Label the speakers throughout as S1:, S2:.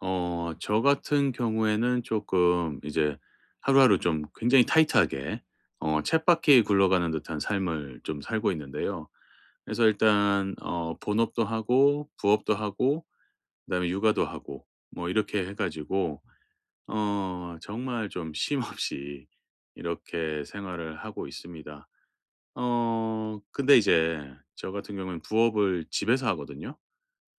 S1: 저 같은 경우에는 조금 이제 하루하루 좀 굉장히 타이트하게 쳇바퀴 굴러가는 듯한 삶을 좀 살고 있는데요. 그래서 일단 본업도 하고 부업도 하고 그다음에 육아도 하고 뭐 이렇게 해 가지고 정말 좀 쉼 없이 이렇게 생활을 하고 있습니다. 근데 이제 저 같은 경우는 부업을 집에서 하거든요.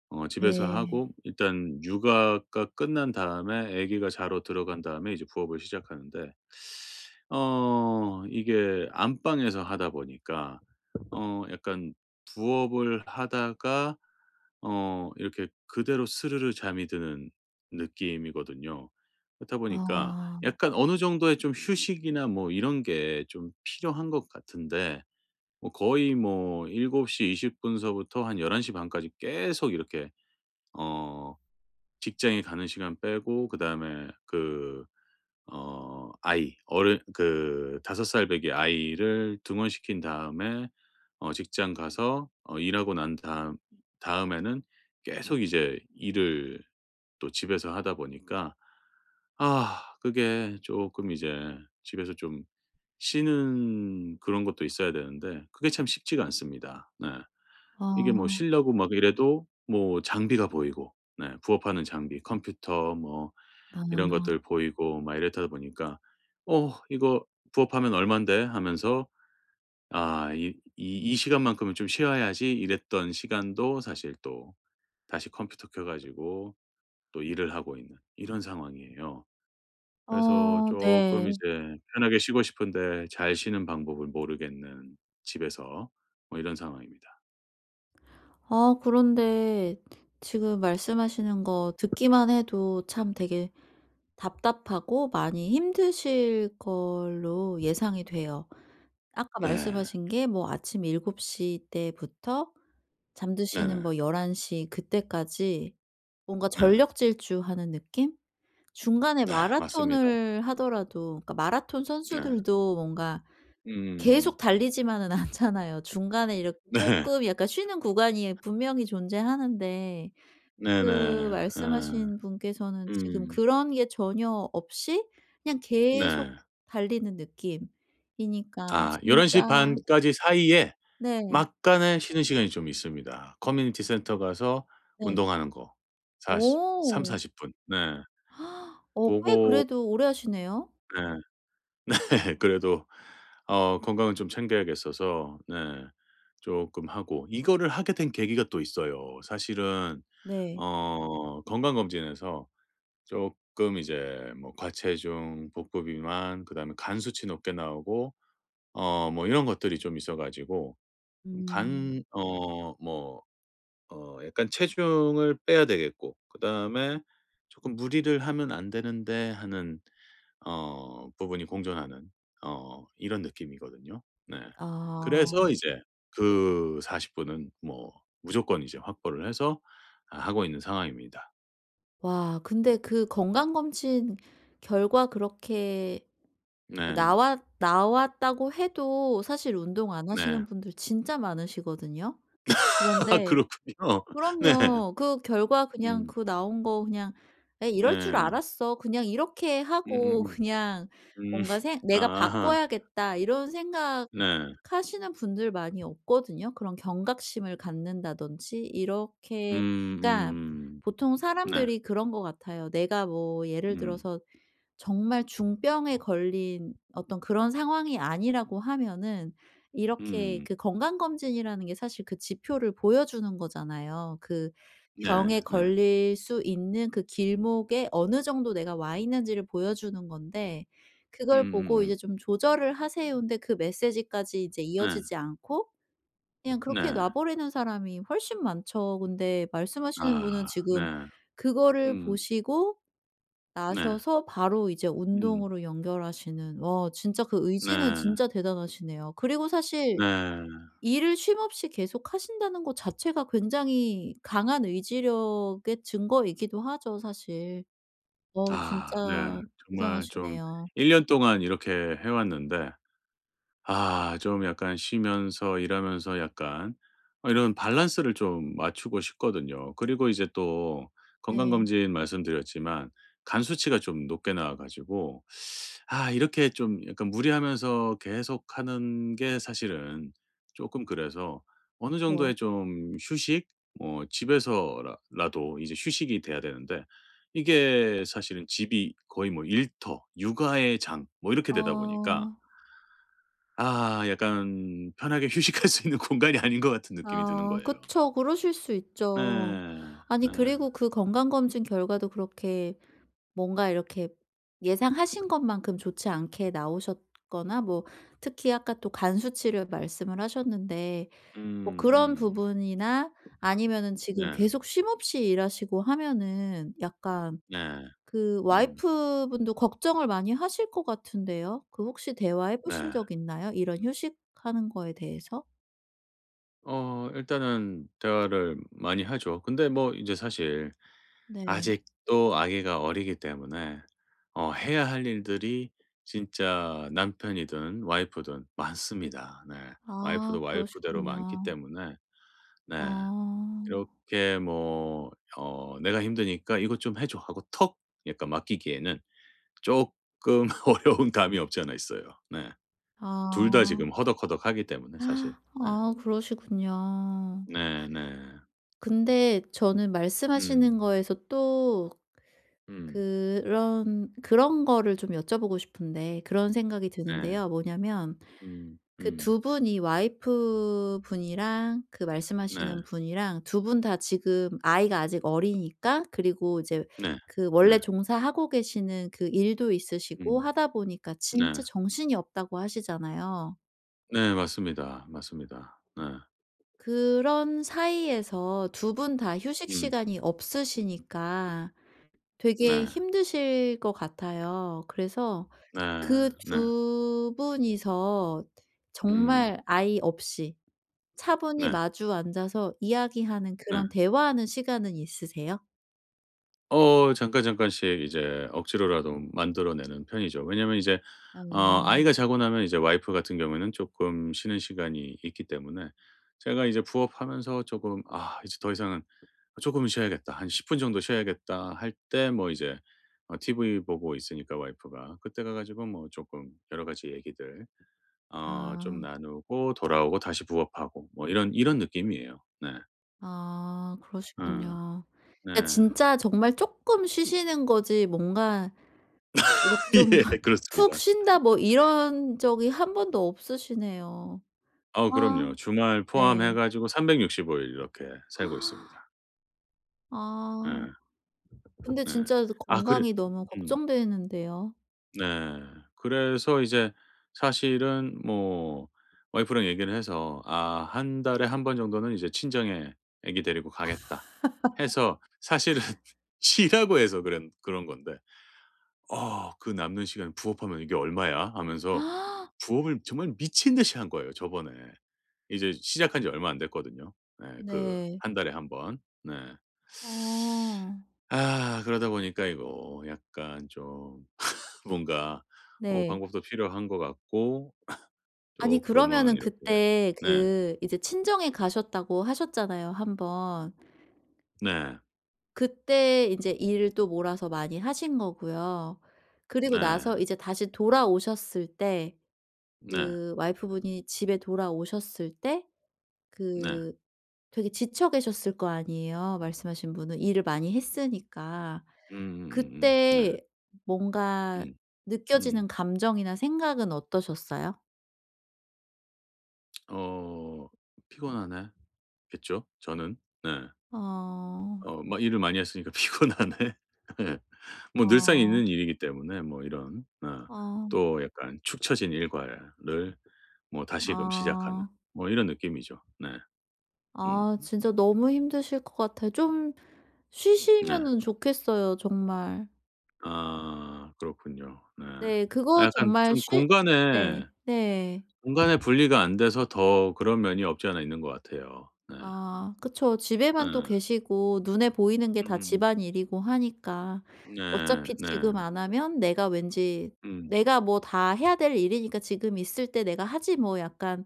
S1: 집에서
S2: 네.
S1: 하고 일단 육아가 끝난 다음에 아기가 자러 들어간 다음에 이제 부업을 시작하는데, 이게 안방에서 하다 보니까 약간 부업을 하다가 이렇게 그대로 스르르 잠이 드는 느낌이거든요. 그렇다 보니까
S2: 아.
S1: 약간 어느 정도의 좀 휴식이나 뭐 이런 게 좀 필요한 것 같은데, 뭐 거의 뭐 7:20 분서부터 한 1 1시반 까지 계속 이렇게, 어 직장에 가는 시간 빼고 그다음에 아이 어른 그 5 살 배기 아이를 등원시킨 다음에 직장 가서 일하고 난 다음에는 계속 이제 일을 또 집에서 하다 보니까, 그게 조금 이제 집에서 좀 쉬는 그런 것도 있어야 되는데 그게 참 쉽지가 않습니다. 네. 이게 뭐
S2: 아.
S1: 실려고 막 이래도 뭐 장비가 보이고, 네, 부업하는 장비, 컴퓨터 뭐 이런
S2: 아.
S1: 것들 보이고 막 이랬다 보니까 이거 부업하면 얼만데.' 하면서 이 시간만큼은 좀 쉬어야지.' 이랬던 시간도 사실 또 다시 컴퓨터 켜 가지고 또 일을 하고 있는 이런 상황이에요. 그래서
S2: 아
S1: 조금
S2: 네.
S1: 이제 편하게 쉬고 싶은데 잘 쉬는 방법을 모르겠는 집에서 뭐 이런 상황입니다.
S2: 아 그런데 지금 말씀하시는 거 듣기만 해도 참 되게 답답하고 많이 힘드실 걸로 예상이 돼요. 아까
S1: 네.
S2: 말씀하신 게 뭐 아침 7곱시 때부터 잠드시는
S1: 네네.
S2: 뭐 1 1시 그때까지 뭔가
S1: 네.
S2: 전력 질주하는 느낌? 중간에
S1: 네, 맞습니다.
S2: 마라톤을 하더라도 그러니까 마라톤
S1: 네.
S2: 선수들도 뭔가
S1: 음.
S2: 계속 달리지만은 않잖아요. 중간에 이렇게
S1: 네.
S2: 쪼끔 약간 쉬는 구간이 분명히 존재하는데
S1: 네네.
S2: 그
S1: 예.
S2: 말씀하신 분께서는 지금
S1: 음.
S2: 그런 게 전혀 없이 그냥 계속
S1: 네.
S2: 달리는 느낌이니까
S1: 1 1
S2: 진짜.
S1: 시반 까지 사이에
S2: 네.
S1: 막간의 쉬는 시간이 좀 있습니다. 커뮤니티 센터 가서
S2: 네.
S1: 운동하는 거. 사시
S2: 오.
S1: 30-40 분. 네.
S2: 꽤
S1: 고거,
S2: 그래도 오래 하시네요.
S1: 네. 그래도 건강은 좀 챙겨야겠어서, 네, 쪼끔 하고 이거를 하게 된 계기가 또 있어요. 사실은
S2: 네.
S1: 건강검진에서 조금 이제 뭐 과체중, 복부 비만, 그다음에 간 수치 높게 나오고 뭐 이런 것들이 좀 있어 가지고, 좀
S2: 음.
S1: 간 약간 체중을 빼야 되겠고 그다음에 조금 '무리를 하면 안 되는데.' 하는 부분이 공존하는 이런 느낌이거든요. 네. 그래서
S2: 아.
S1: 이제 그 40 분은 뭐 무조건 이제 확보를 해서 하고 있는 상황입니다.
S2: 와 근데 그 건강검진 결과 그렇게 그
S1: 네.
S2: 나왔다고 해도 사실 운동 안
S1: 네.
S2: 하시는 분들 진짜 많으시거든요.
S1: 아,
S2: 그런데
S1: 그렇군요. 네.
S2: 그럼요. 그 결과 그냥
S1: 음.
S2: 그 나온 거 그냥 '에이 이럴 줄
S1: 네.
S2: 알았어.' 그냥 이렇게 하고
S1: 음음음.
S2: 그냥
S1: 음.
S2: 뭔가 생 '내가
S1: 아.
S2: 바꿔야겠다.' 이런 생각
S1: 네.
S2: 하시는 분들 많이 없거든요. 그런 경각심을 갖는다든지 이렇게. 그러니까
S1: 음음.
S2: 보통
S1: 네.
S2: 사람들이 그런 것 같아요. 내가 뭐 예를
S1: 음.
S2: 들어서 정말 중병에 걸린 어떤 그런 상황이 아니라고 하면은, 이렇게
S1: 음.
S2: 그 건강검진이라는 게 사실 그 지표를 보여주는 거잖아요. 그
S1: 네.
S2: 병에
S1: 네.
S2: 걸릴 수 있는 그 길목에 어느 정도 내가 와 있는지를 보여주는 건데, 그걸 보고
S1: 음음음.
S2: 이제 좀 "조절을 하세요."인데 그 메시지까지 이제
S1: 네.
S2: 이어지지 않고 그냥 그렇게
S1: 네.
S2: 놔 버리는 사람이 훨씬 많죠. 근데 말씀하시는 분은
S1: 아,
S2: 지금
S1: 네.
S2: 그거를
S1: 음.
S2: 보시고
S1: 네.
S2: 나셔서 바로 이제
S1: 음.
S2: 운동으로 연결하시는, 와 진짜 그 의지는
S1: 네.
S2: 진짜 대단하시네요. 그리고 사실
S1: 네.
S2: 일을 쉼 없이 계속 하신다는 것 자체가 굉장히 강한 의지력의 증거이기도 하죠 사실.
S1: 아, 네.
S2: 진짜
S1: 정말 좀
S2: 대단하시네요.
S1: 1 년 동안 이렇게 해 왔는데, 좀 약간 쉬면서 일하면서 약간 이런 밸런스를 좀 맞추고 싶거든요. 그리고 이제 또,
S2: 네.
S1: 건강검진 말씀드렸지만 간 수치가 좀 높게 나와 가지고 이렇게 좀 약간 무리하면서 계속하는 게 사실은 조금, 그래서 어느
S2: 저,
S1: 정도의 좀 휴식, 뭐 집에서라 라도 이제 휴식이 돼야 되는데, 이게 사실은 집이 거의 뭐 일터, 육아의 장, 뭐 이렇게 되다 보니까
S2: 어
S1: 약간 편하게 휴식할 수 있는 공간이 아닌 것 같은 느낌이 드는
S2: 아
S1: 거예요.
S2: 그쵸. 그러실 수 있죠.
S1: 네.
S2: 아니
S1: 네.
S2: 그리고 그 건강검진 결과도 그렇게 뭔가 이렇게 예상하신 것만큼 좋지 않게 나오셨거나 뭐 특히 아까 또 간 수치를 말씀을 하셨는데
S1: 음.
S2: 뭐 그런
S1: 음.
S2: 부분이나, 아니면은 지금
S1: 네.
S2: 계속 쉼 없이 일하시고 하면은 약간
S1: 네.
S2: 그
S1: 음.
S2: 와이프분도 걱정을 많이 하실 것 같은데요. 그 혹시 대화해 보신
S1: 네.
S2: 적 있나요? 이런 휴식하는 거에 대해서?
S1: 일단은 대화를 많이 하죠. 근데 뭐 이제 사실
S2: 네.
S1: 아직도 아기가 어리기 때문에 해야 할 일들이 진짜 남편이든 와이프든 많습니다. 네.
S2: 아
S1: 와이프도 와이프대로 많기
S2: 그러시군요.
S1: 때문에.
S2: 아.
S1: 네. 이렇게 뭐 "내가 힘드니까 이것 좀 해 줘." 하고 턱 약간 맡기기에는 조금 어려운 감이 없지 않아 있어요. 네. 둘 다
S2: 아.
S1: 지금 허덕허덕하기 때문에, 사실. 네.
S2: 아 그러시군요.
S1: 네네.
S2: 근데 저는 말씀하시는
S1: 음.
S2: 거에서 또
S1: 음.
S2: 그런 거를 좀 여쭤보고 싶은데 그런 생각이
S1: 네.
S2: 드는데요. 뭐냐면
S1: 음.
S2: 그
S1: 음.
S2: 두 분이, 와이프분이랑 그
S1: 네.
S2: 말씀하시는 분이랑 두 분 다 지금 아이가 아직 어리니까 그리고 이제
S1: 네.
S2: 그
S1: 네.
S2: 원래 종사하고 계시는 그 일도 있으시고
S1: 음.
S2: 하다 보니까 진짜
S1: 네.
S2: 정신이 없다고 하시잖아요.
S1: 네, 맞습니다. 맞습니다. 네.
S2: 그런 사이에서 두 분 다 휴식
S1: 음.
S2: 시간이 없으시니까 되게
S1: 네.
S2: 힘드실 것 같아요. 그래서
S1: 네.
S2: 그
S1: 네.
S2: 두 분이서
S1: 음.
S2: 정말 아이 없이
S1: 네.
S2: 차분히 마주 앉아서 이야기하는,
S1: 네.
S2: 그런 대화하는 시간은 있으세요?
S1: 잠깐 잠깐씩 이제 억지로라도 만들어내는 편이죠. 왜냐면 이제
S2: 어.
S1: 아이가 자고 나면 이제 와이프 같은 경우에는 조금 쉬는 시간이 있기 때문에 제가 이제 부업하면서 조금 이제 더 이상은 조금 쉬어야겠다. 한 10분 정도 쉬어야겠다.' 할 때 뭐 이제 TV 보고 있으니까 와이프가 그때 가 가지고 뭐 조금 여러 가지 얘기들 좀
S2: 아.
S1: 나누고 돌아오고 다시 부업하고 뭐 이런 느낌이에요. 네.
S2: 아
S1: 음,
S2: 그러시군요.
S1: 네.
S2: 그러니까 진짜 정말 쪼끔 쉬시는 거지 뭔가 이렇게 좀
S1: 예,
S2: 푹
S1: 그렇습니다.
S2: 쉰다 뭐 이런 적이 한 번도 없으시네요.
S1: 그럼요.
S2: 아
S1: 주말 포함해
S2: 네.
S1: 가지고 365일 이렇게 살고 있습니다.
S2: 아
S1: 예.
S2: 근데
S1: 네.
S2: 진짜
S1: 아, 그래.
S2: 건강이 너무
S1: 음.
S2: 걱정되는데요.
S1: 네. 그래서 이제 사실은 뭐 와이프랑 얘기를 해서 한 달에 한 번 정도는 이제 친정에 아기 데리고 가겠다." 해서 사실은 쉬라고 해서, 그런 건데 그 남는 시간 부업하면 "이게 얼마야?" 하면서 부업을 정말 미친 듯이 한 거예요, 저번에. 이제 시작한 지 얼마 안 됐거든요. 네, 그
S2: 네.
S1: 한 달에 한 번. 네.
S2: 어.
S1: 그러다 보니까 이거 약간 좀 뭔가
S2: 네.
S1: 방법도 필요한 것 같고, 조
S2: 아니
S1: 금은
S2: 그러면은
S1: 이렇게.
S2: 그때
S1: 네.
S2: 그 이제 친정에 가셨다고 하셨잖아요 한 번.
S1: 네.
S2: 그때 이제 일을 또 몰아서 많이 하신 거고요. 그리고
S1: 네.
S2: 나서 이제 다시 돌아오셨을 때,
S1: 네.
S2: 그 와이프분이 집에 돌아오셨을 때
S1: 네.
S2: 그 되게 지쳐 계셨을 거 아니에요 말씀하신 분은. 일을 많이 했으니까.
S1: 네.
S2: 그때 뭔가
S1: 음.
S2: 느껴지는
S1: 음.
S2: 감정이나 생각은 어떠셨어요?
S1: 어 피곤하네 겠죠, 저는. 네.
S2: 어.
S1: 막 일을 많이 했으니까 피곤하네. 예. 뭐 늘상
S2: 어.
S1: 있는 일이기 때문에 뭐 이런,
S2: 어.
S1: 또 약간 축 처진 일과를 뭐 다시금 시작하는,
S2: 아.
S1: 뭐 이런 느낌이죠. 네. 음.
S2: 아 진짜 너무 힘드실 것 같아요. 좀
S1: 네.
S2: 쉬시면은 좋겠어요 정말.
S1: 그렇군요. 네.
S2: 네 그거
S1: 약간
S2: 정말
S1: 좀
S2: 쉬
S1: 공간에,
S2: 네. 네.
S1: 공간에 분리가 안 돼서 더 그런 면이 없지 않아 있는 것 같아요. 네.
S2: 아 그쵸. 집에만 또
S1: 네
S2: 계시고 눈에 보이는 게
S1: 음
S2: 다 집안일이고 하니까
S1: 네.
S2: 어차피
S1: 네.
S2: 지금 안 하면 내가 왠지,
S1: 음.
S2: 내가 뭐 다 해야 될 일이니까 지금 있을 때 내가 하지 뭐 약간,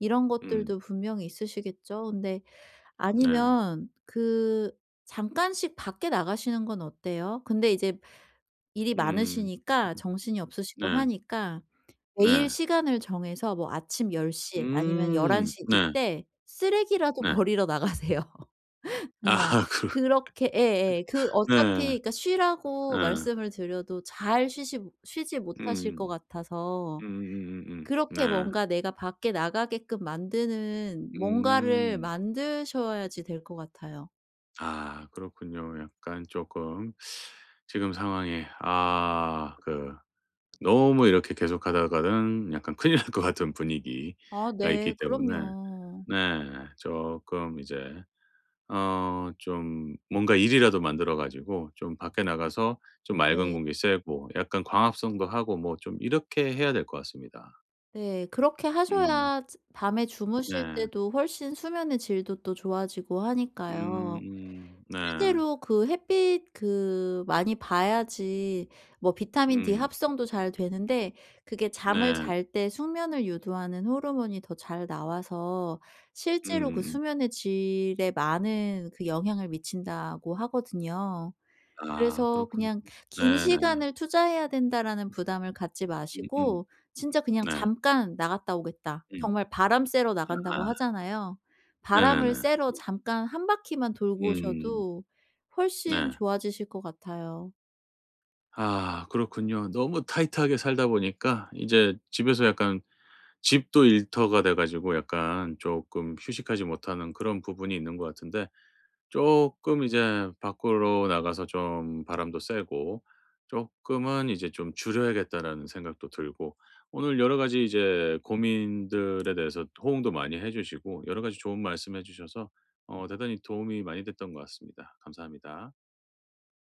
S2: 이런
S1: 음.
S2: 것들도 분명히 있으시겠죠. 근데
S1: 네.
S2: 아니면 그 잠깐씩 밖에 나가시는 건 어때요? 근데 이제 일이
S1: 음.
S2: 많으시니까 정신이 없으시고
S1: 네.
S2: 하니까 매일
S1: 네.
S2: 시간을 정해서 뭐 아침 1 0 아니면 1 1
S1: 음.
S2: 시
S1: 네.
S2: 이때 쓰레기라도
S1: 네.
S2: 버리러 나가세요. 정말
S1: 아 그.
S2: 그렇게. 예예. 그
S1: 네.
S2: 어차피 그니까 쉬라고
S1: 예.
S2: 말씀을 드려도 잘 쉬시 쉬지 못하실 것
S1: 음.
S2: 같아서 그렇게
S1: 네.
S2: 뭔가 내가 밖에 나가게끔 만드는 뭔가를
S1: 음.
S2: 만드셔야지 될 것 같아요.
S1: 그렇군요. 약간 쪼끔 지금 상황에, 너무 이렇게 계속하다가는 약간 큰일 날 것 같은 분위기가
S2: 아 네.
S1: 있기 때문에,
S2: 그럼요.
S1: 네, 쪼끔 이제 좀 뭔가 일이라도 만들어 가지고 좀 밖에 나가서 좀 맑은
S2: 네.
S1: 공기 쐬고 약간 광합성도 하고 뭐 좀 이렇게 해야 될 것 같습니다.
S2: 네. 그렇게
S1: 음.
S2: 하셔야 즈 밤에 주무실
S1: 네.
S2: 때도 훨씬 수면의 질도 또 좋아지고
S1: 음.
S2: 하니까요.
S1: 음. 네.
S2: 실제로 그 햇빛 그 많이 봐야지 뭐 비타민 D
S1: 음.
S2: 합성도 잘 되는데, 그게 잠을
S1: 네.
S2: 잘 때 숙면을 유도하는 호르몬이 더 잘 나와서 실제로 그
S1: 음음음.
S2: 수면의 질에 많은 그 영향을 미친다고 하거든요. 그래서
S1: 그렇군요.
S2: 그냥 '긴
S1: 네네.
S2: 시간을 투자해야 된다.'라는 부담을 갖지
S1: 음음.
S2: 마시고 진짜 그냥
S1: 네.
S2: '잠깐 나갔다 오겠다.'
S1: 음.
S2: 정말 바람 쐬러 나간다고
S1: 아,
S2: 하잖아요.
S1: 네네네.
S2: 바람을 쐬러 잠깐 한 바퀴만 돌고
S1: 음.
S2: 오셔도 훨씬
S1: 네.
S2: 좋아지실 것 같아요.
S1: 그렇군요. 너무 타이트하게 살다 보니까 이제 집에서 약간 집도 일터가 돼 가지고 약간 쪼끔 휴식하지 못하는 그런 부분이 있는 것 같은데, 조금 이제 밖으로 나가서 좀 바람도 쐬고 조금은 이제 좀 줄여야겠다라는 생각도 들고, 오늘 여러 가지 이제 고민들에 대해서 호응도 많이 해 주시고 여러 가지 좋은 말씀해 주셔서 대단히 도움이 많이 됐던 것 같습니다. 감사합니다.